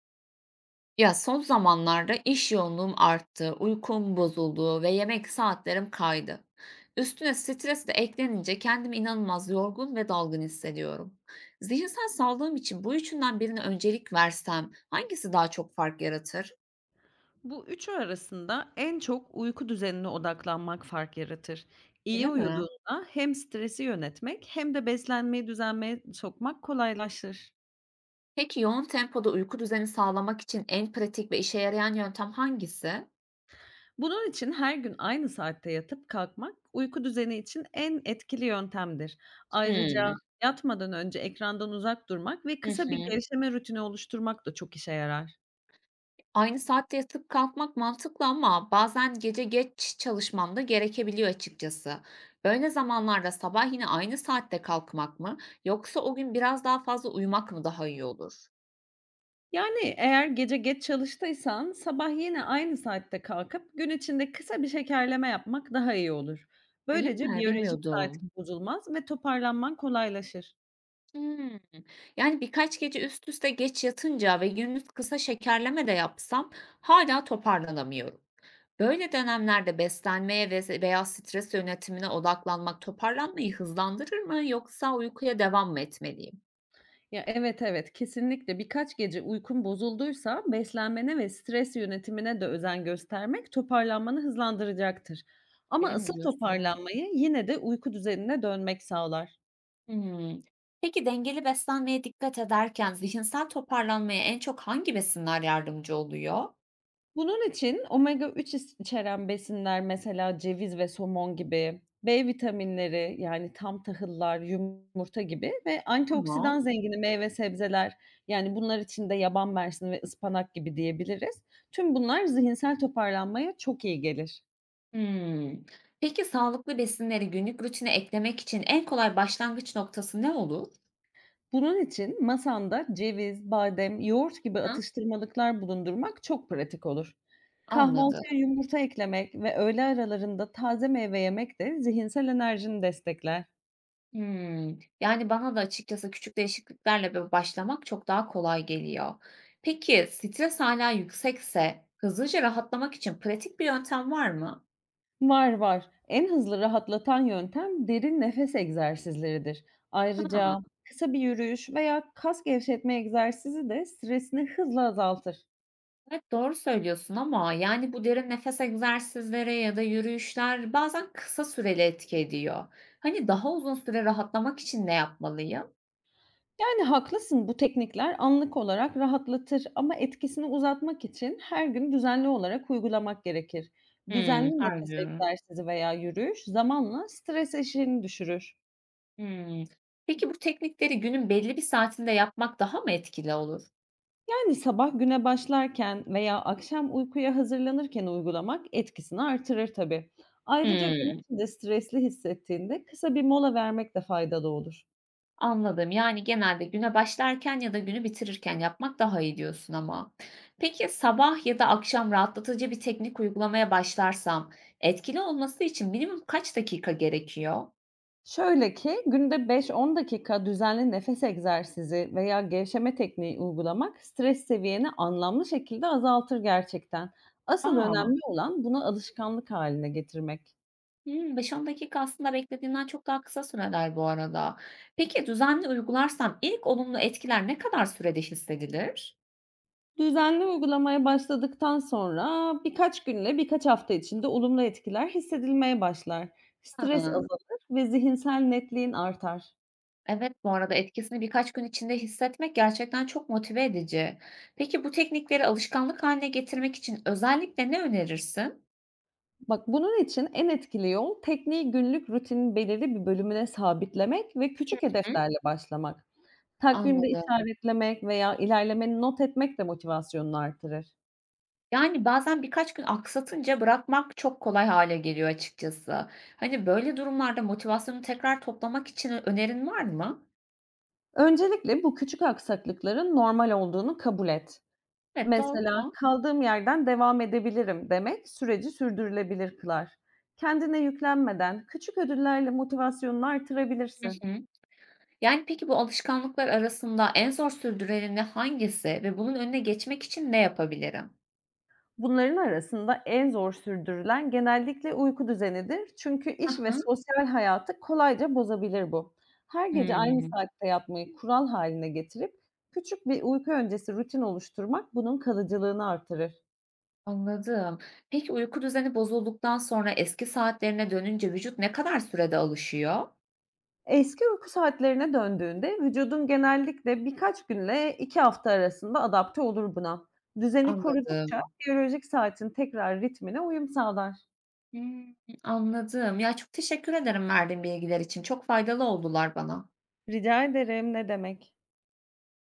Ya son zamanlarda iş yoğunluğum arttı, uykum bozuldu ve yemek saatlerim kaydı. Üstüne stres de eklenince kendimi inanılmaz yorgun ve dalgın hissediyorum. Zihinsel sağlığım için bu üçünden birine öncelik versem hangisi daha çok fark yaratır? Bu üçü arasında en çok uyku düzenine odaklanmak fark yaratır. İyi Öyle mi? uyuduğunda hem stresi yönetmek hem de beslenmeyi düzenmeye sokmak kolaylaşır. Peki yoğun tempoda uyku düzeni sağlamak için en pratik ve işe yarayan yöntem hangisi? Bunun için her gün aynı saatte yatıp kalkmak uyku düzeni için en etkili yöntemdir. Ayrıca Hmm. yatmadan önce ekrandan uzak durmak ve Hı kısa bir hı. gevşeme rutini oluşturmak da çok işe yarar. Aynı saatte yatıp kalkmak mantıklı ama bazen gece geç çalışmam da gerekebiliyor açıkçası. Böyle zamanlarda sabah yine aynı saatte kalkmak mı yoksa o gün biraz daha fazla uyumak mı daha iyi olur? Yani, eğer gece geç çalıştıysan sabah yine aynı saatte kalkıp gün içinde kısa bir şekerleme yapmak daha iyi olur. Öyle Böylece mi? biyolojik Bilmiyordum. saatin bozulmaz ve toparlanman kolaylaşır. Hmm. Yani birkaç gece üst üste geç yatınca ve gündüz kısa şekerleme de yapsam hala toparlanamıyorum. Böyle dönemlerde beslenmeye ve veya stres yönetimine odaklanmak toparlanmayı hızlandırır mı yoksa uykuya devam mı etmeliyim? Ya, evet, evet, kesinlikle birkaç gece uykun bozulduysa beslenmene ve stres yönetimine de özen göstermek toparlanmanı hızlandıracaktır. Ama Öyle mi asıl diyorsun? toparlanmayı yine de uyku düzenine dönmek sağlar. Hımm. Peki dengeli beslenmeye dikkat ederken zihinsel toparlanmaya en çok hangi besinler yardımcı oluyor? Bunun için omega 3 is içeren besinler mesela ceviz ve somon gibi, B vitaminleri yani tam tahıllar, yumurta gibi ve Tamam. antioksidan zengini meyve sebzeler yani bunlar için de yaban mersini ve ıspanak gibi diyebiliriz. Tüm bunlar zihinsel toparlanmaya çok iyi gelir. Hımm. Peki sağlıklı besinleri günlük rutine eklemek için en kolay başlangıç noktası ne olur? Bunun için masanda ceviz, badem, yoğurt gibi Hı. atıştırmalıklar bulundurmak çok pratik olur. Anladım. Kahvaltıya yumurta eklemek ve öğle aralarında taze meyve yemek de zihinsel enerjini destekler. Hımm. Yani bana da açıkçası küçük değişikliklerle böyle başlamak çok daha kolay geliyor. Peki stres hala yüksekse hızlıca rahatlamak için pratik bir yöntem var mı? Var, var. En hızlı rahatlatan yöntem derin nefes egzersizleridir. Hıı. Ayrıca kısa bir yürüyüş veya kas gevşetme egzersizi de stresini hızla azaltır. Evet, doğru söylüyorsun ama yani bu derin nefes egzersizleri ya da yürüyüşler bazen kısa süreli etki ediyor. Hani daha uzun süre rahatlamak için ne yapmalıyım? Yani haklısın, bu teknikler anlık olarak rahatlatır ama etkisini uzatmak için her gün düzenli olarak uygulamak gerekir. Hmm, Düzenli nefes anlıyorum. egzersizi veya yürüyüş zamanla stres eşiğini düşürür. Hmm. Peki bu teknikleri günün belli bir saatinde yapmak daha mı etkili olur? Yani, sabah güne başlarken veya akşam uykuya hazırlanırken uygulamak etkisini artırır tabii. Ayrıca gün Hmm, içinde stresli hissettiğinde kısa bir mola vermek de faydalı olur. anladım. Yani genelde güne başlarken ya da günü bitirirken yapmak daha iyi diyorsun ama. Peki sabah ya da akşam rahatlatıcı bir teknik uygulamaya başlarsam etkili olması için minimum kaç dakika gerekiyor? Şöyle ki günde 5-10 dakika düzenli nefes egzersizi veya gevşeme tekniği uygulamak stres seviyeni anlamlı şekilde azaltır gerçekten. Asıl Aa. önemli olan bunu alışkanlık haline getirmek. Hımm, 5-10 dakika aslında beklediğinden çok daha kısa süreler bu arada. Peki, düzenli uygularsam ilk olumlu etkiler ne kadar sürede hissedilir? Düzenli uygulamaya başladıktan sonra birkaç günle birkaç hafta içinde olumlu etkiler hissedilmeye başlar. Stres Hıı. azalır ve zihinsel netliğin artar. Evet, bu arada etkisini birkaç gün içinde hissetmek gerçekten çok motive edici. Peki, bu teknikleri alışkanlık haline getirmek için özellikle ne önerirsin? Bak bunun için en etkili yol tekniği günlük rutinin belirli bir bölümüne sabitlemek ve küçük Hı. hedeflerle başlamak. Takvimde Anladım. işaretlemek veya ilerlemeni not etmek de motivasyonunu artırır. Yani, bazen birkaç gün aksatınca bırakmak çok kolay hale geliyor açıkçası. Hani, böyle durumlarda motivasyonu tekrar toplamak için önerin var mı? Öncelikle bu küçük aksaklıkların normal olduğunu kabul et. Evet, Mesela doğru. kaldığım yerden devam edebilirim demek süreci sürdürülebilir kılar. Kendine yüklenmeden küçük ödüllerle motivasyonunu Hı artırabilirsin. hı. Yani, peki bu alışkanlıklar arasında en zor sürdüreni hangisi ve bunun önüne geçmek için ne yapabilirim? Bunların arasında en zor sürdürülen genellikle uyku düzenidir. Çünkü Hı iş ve hı. sosyal hayatı kolayca bozabilir bu. Her gece aynı Hımm, saatte yatmayı kural haline getirip küçük bir uyku öncesi rutin oluşturmak bunun kalıcılığını artırır. anladım. Peki uyku düzeni bozulduktan sonra eski saatlerine dönünce vücut ne kadar sürede alışıyor? Eski uyku saatlerine döndüğünde vücudun genellikle birkaç günle 2 hafta arasında adapte olur buna. Düzeni korudukça Anladım. biyolojik saatin tekrar ritmine uyum sağlar. Hımm, anladım. Ya, çok teşekkür ederim verdiğin bilgiler için. Çok faydalı oldular bana. Rica ederim, ne demek.